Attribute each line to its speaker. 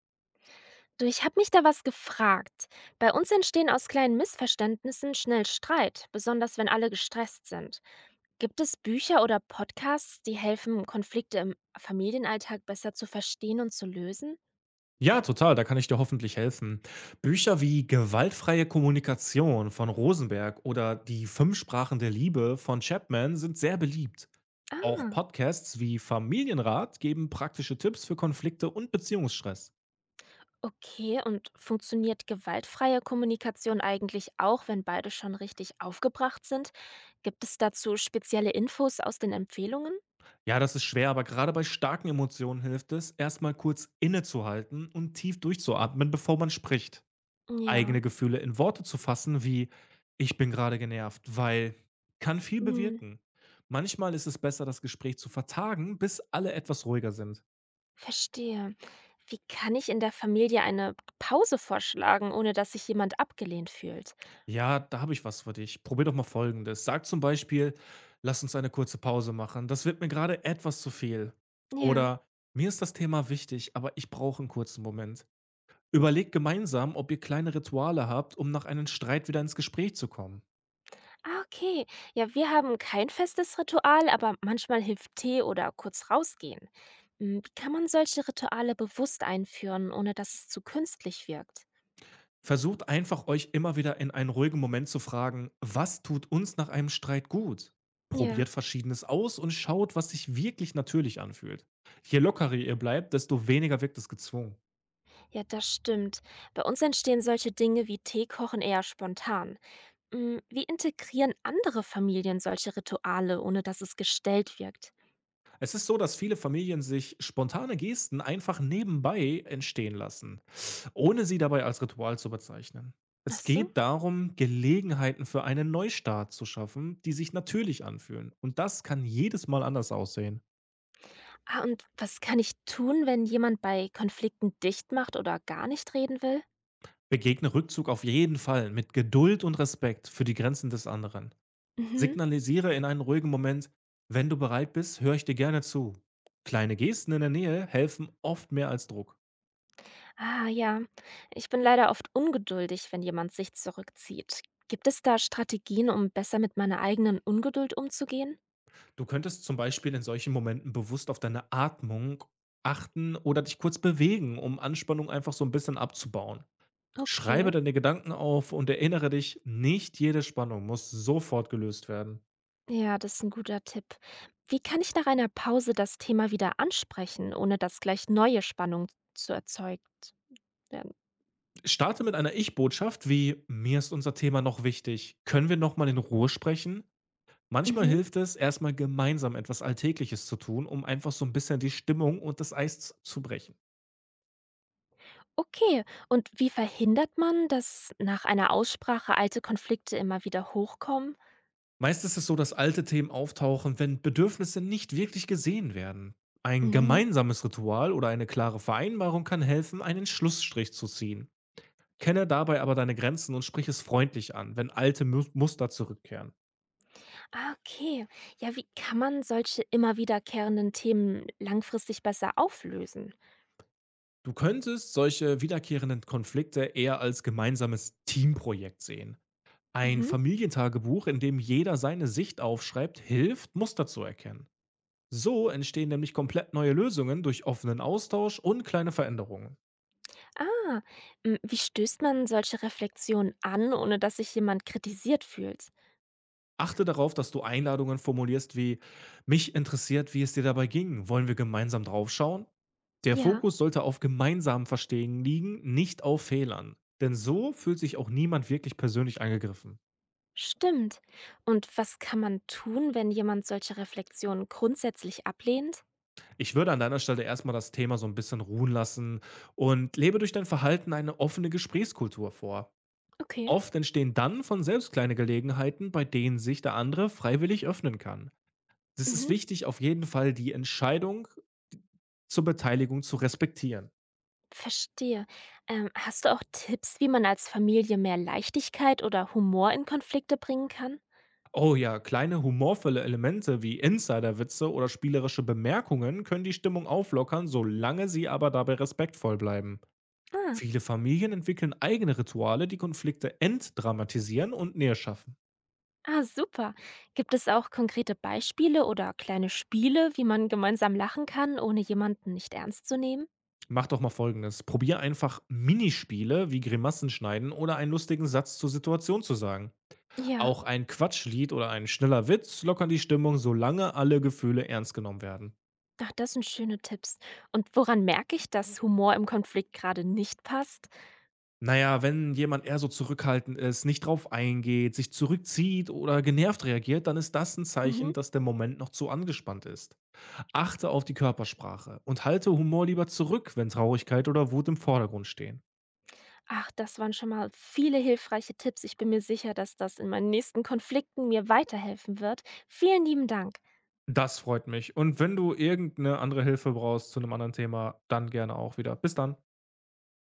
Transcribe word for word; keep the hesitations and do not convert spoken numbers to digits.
Speaker 1: Du, ich habe mich da was gefragt. Bei uns entstehen aus kleinen Missverständnissen schnell Streit, besonders wenn alle gestresst sind. Gibt es Bücher oder Podcasts, die helfen, Konflikte im Familienalltag besser zu verstehen und zu lösen?
Speaker 2: Ja, total, da kann ich dir hoffentlich helfen. Bücher wie Gewaltfreie Kommunikation von Rosenberg oder Die Fünf Sprachen der Liebe von Chapman sind sehr beliebt. Auch
Speaker 1: Ah,
Speaker 2: Podcasts wie Familienrat geben praktische Tipps für Konflikte und Beziehungsstress.
Speaker 1: okay. Und funktioniert gewaltfreie Kommunikation eigentlich auch, wenn beide schon richtig aufgebracht sind? Gibt es dazu spezielle Infos aus den Empfehlungen?
Speaker 2: Ja, das ist schwer, aber gerade bei starken Emotionen hilft es, erstmal kurz innezuhalten und tief durchzuatmen, bevor man spricht.
Speaker 1: Ja.
Speaker 2: Eigene Gefühle in Worte zu fassen, wie: „Ich bin gerade genervt“, weil kann viel
Speaker 1: Hm.
Speaker 2: bewirken. Manchmal ist es besser, das Gespräch zu vertagen, bis alle etwas ruhiger sind.
Speaker 1: Verstehe. Wie kann ich in der Familie eine Pause vorschlagen, ohne dass sich jemand abgelehnt fühlt?
Speaker 2: „Ja, da habe ich was für dich. Probier doch mal Folgendes.“ Sag zum Beispiel: „Lass uns eine kurze Pause machen. Das wird mir gerade etwas zu viel.“
Speaker 1: Ja.
Speaker 2: Oder: „Mir ist das Thema wichtig, aber ich brauche einen kurzen Moment.“ Überlegt gemeinsam, ob ihr kleine Rituale habt, um nach einem Streit wieder ins Gespräch zu kommen.
Speaker 1: Ah, okay. Ja, wir haben kein festes Ritual, aber manchmal hilft Tee oder kurz rausgehen. Hm, wie kann man solche Rituale bewusst einführen, ohne dass es zu künstlich wirkt?
Speaker 2: Versucht einfach, euch immer wieder in einen ruhigen Moment zu fragen: „Was tut uns nach einem Streit gut?“
Speaker 1: Ja,
Speaker 2: Probiert Verschiedenes aus und schaut, was sich wirklich natürlich anfühlt. Je lockerer ihr bleibt, desto weniger wirkt es gezwungen.
Speaker 1: ja, das stimmt. Bei uns entstehen solche Dinge wie Teekochen eher spontan. Hm, wie integrieren andere Familien solche Rituale, ohne dass es gestellt wirkt?
Speaker 2: Es ist so, dass viele Familien sich spontane Gesten einfach nebenbei entstehen lassen, ohne sie dabei als Ritual zu bezeichnen.
Speaker 1: Ach
Speaker 2: Es
Speaker 1: so.
Speaker 2: geht darum, Gelegenheiten für einen Neustart zu schaffen, die sich natürlich anfühlen, und das kann jedes Mal anders aussehen.
Speaker 1: Ah, und was kann ich tun, wenn jemand bei Konflikten dicht macht oder gar nicht reden will?
Speaker 2: Begegne Rückzug auf jeden Fall mit Geduld und Respekt für die Grenzen des anderen.
Speaker 1: Mhm.
Speaker 2: Signalisiere in einem ruhigen Moment, wenn du bereit bist, höre ich dir gerne zu. Kleine Gesten in der Nähe helfen oft mehr als Druck.
Speaker 1: Ah ja, ich bin leider oft ungeduldig, wenn jemand sich zurückzieht. Gibt es da Strategien, um besser mit meiner eigenen Ungeduld umzugehen?
Speaker 2: Du könntest zum Beispiel in solchen Momenten bewusst auf deine Atmung achten oder dich kurz bewegen, um Anspannung einfach so ein bisschen abzubauen.
Speaker 1: Okay.
Speaker 2: Schreibe deine Gedanken auf und erinnere dich, nicht jede Spannung muss sofort gelöst werden.
Speaker 1: Ja, das ist ein guter Tipp. Wie kann ich nach einer Pause das Thema wieder ansprechen, ohne dass gleich neue Spannung zu erzeugt werden?
Speaker 2: Starte mit einer Ich-Botschaft wie: „Mir ist unser Thema noch wichtig. Können wir noch mal in Ruhe sprechen?“ Manchmal
Speaker 1: Mhm.
Speaker 2: hilft es, erst mal gemeinsam etwas Alltägliches zu tun, um einfach so ein bisschen die Stimmung und das Eis zu brechen.
Speaker 1: Okay. Und wie verhindert man, dass nach einer Aussprache alte Konflikte immer wieder hochkommen?
Speaker 2: Meist ist es so, dass alte Themen auftauchen, wenn Bedürfnisse nicht wirklich gesehen werden. Ein
Speaker 1: Mhm.
Speaker 2: gemeinsames Ritual oder eine klare Vereinbarung kann helfen, einen Schlussstrich zu ziehen. Kenne
Speaker 1: Stimmt.
Speaker 2: dabei aber deine Grenzen und sprich es freundlich an, wenn alte Mu Muster zurückkehren.
Speaker 1: Ah, okay. Ja, wie kann man solche immer wiederkehrenden Themen langfristig besser auflösen?
Speaker 2: Du könntest solche wiederkehrenden Konflikte eher als gemeinsames Teamprojekt sehen. Ein
Speaker 1: Mhm.
Speaker 2: Familientagebuch, in dem jeder seine Sicht aufschreibt, hilft, Muster zu erkennen. So entstehen nämlich komplett neue Lösungen durch offenen Austausch und kleine Veränderungen.
Speaker 1: Ah, hm, wie stößt man solche Reflexionen an, ohne dass sich jemand kritisiert fühlt?
Speaker 2: Achte darauf, dass du Einladungen formulierst wie: Mich interessiert, wie es dir dabei ging. Wollen wir gemeinsam draufschauen? Der
Speaker 1: Ja,
Speaker 2: Fokus sollte auf gemeinsamen Verstehen liegen, nicht auf Fehlern. Denn so fühlt sich auch niemand wirklich persönlich angegriffen.
Speaker 1: stimmt. Und was kann man tun, wenn jemand solche Reflexionen grundsätzlich ablehnt?
Speaker 2: Ich würde an deiner Stelle erstmal das Thema so ein bisschen ruhen lassen und lebe durch dein Verhalten eine offene Gesprächskultur vor.
Speaker 1: Okay.
Speaker 2: Oft entstehen dann von selbst kleine Gelegenheiten, bei denen sich der andere freiwillig öffnen kann. Es ist
Speaker 1: Mhm.
Speaker 2: wichtig, auf jeden Fall die Entscheidung zur Beteiligung zu respektieren.
Speaker 1: Verstehe. Ähm, hast du auch Tipps, wie man als Familie mehr Leichtigkeit oder Humor in Konflikte bringen kann?
Speaker 2: Oh ja, kleine humorvolle Elemente wie Insiderwitze oder spielerische Bemerkungen können die Stimmung auflockern, solange sie aber dabei respektvoll bleiben.
Speaker 1: Ah,
Speaker 2: Viele Familien entwickeln eigene Rituale, die Konflikte entdramatisieren und näher schaffen.
Speaker 1: ah, super. Gibt es auch konkrete Beispiele oder kleine Spiele, wie man gemeinsam lachen kann, ohne jemanden nicht ernst zu nehmen?
Speaker 2: Mach doch mal Folgendes. Probier einfach Minispiele wie Grimassen schneiden oder einen lustigen Satz zur Situation zu sagen.
Speaker 1: Ja.
Speaker 2: Auch ein Quatschlied oder ein schneller Witz lockern die Stimmung, solange alle Gefühle ernst genommen werden.
Speaker 1: Ach, das sind schöne Tipps. Und woran merke ich, dass Humor im Konflikt gerade nicht passt?
Speaker 2: Naja, wenn jemand eher so zurückhaltend ist, nicht drauf eingeht, sich zurückzieht oder genervt reagiert, dann ist das ein
Speaker 1: Mhm.
Speaker 2: Zeichen, dass der Moment noch zu angespannt ist. Achte auf die Körpersprache und halte Humor lieber zurück, wenn Traurigkeit oder Wut im Vordergrund stehen.
Speaker 1: Ach, das waren schon mal viele hilfreiche Tipps. Ich bin mir sicher, dass das in meinen nächsten Konflikten mir weiterhelfen wird. Vielen lieben Dank.
Speaker 2: Das freut mich. Und wenn du irgendeine andere Hilfe brauchst zu einem anderen Thema, dann gerne auch wieder. Bis dann.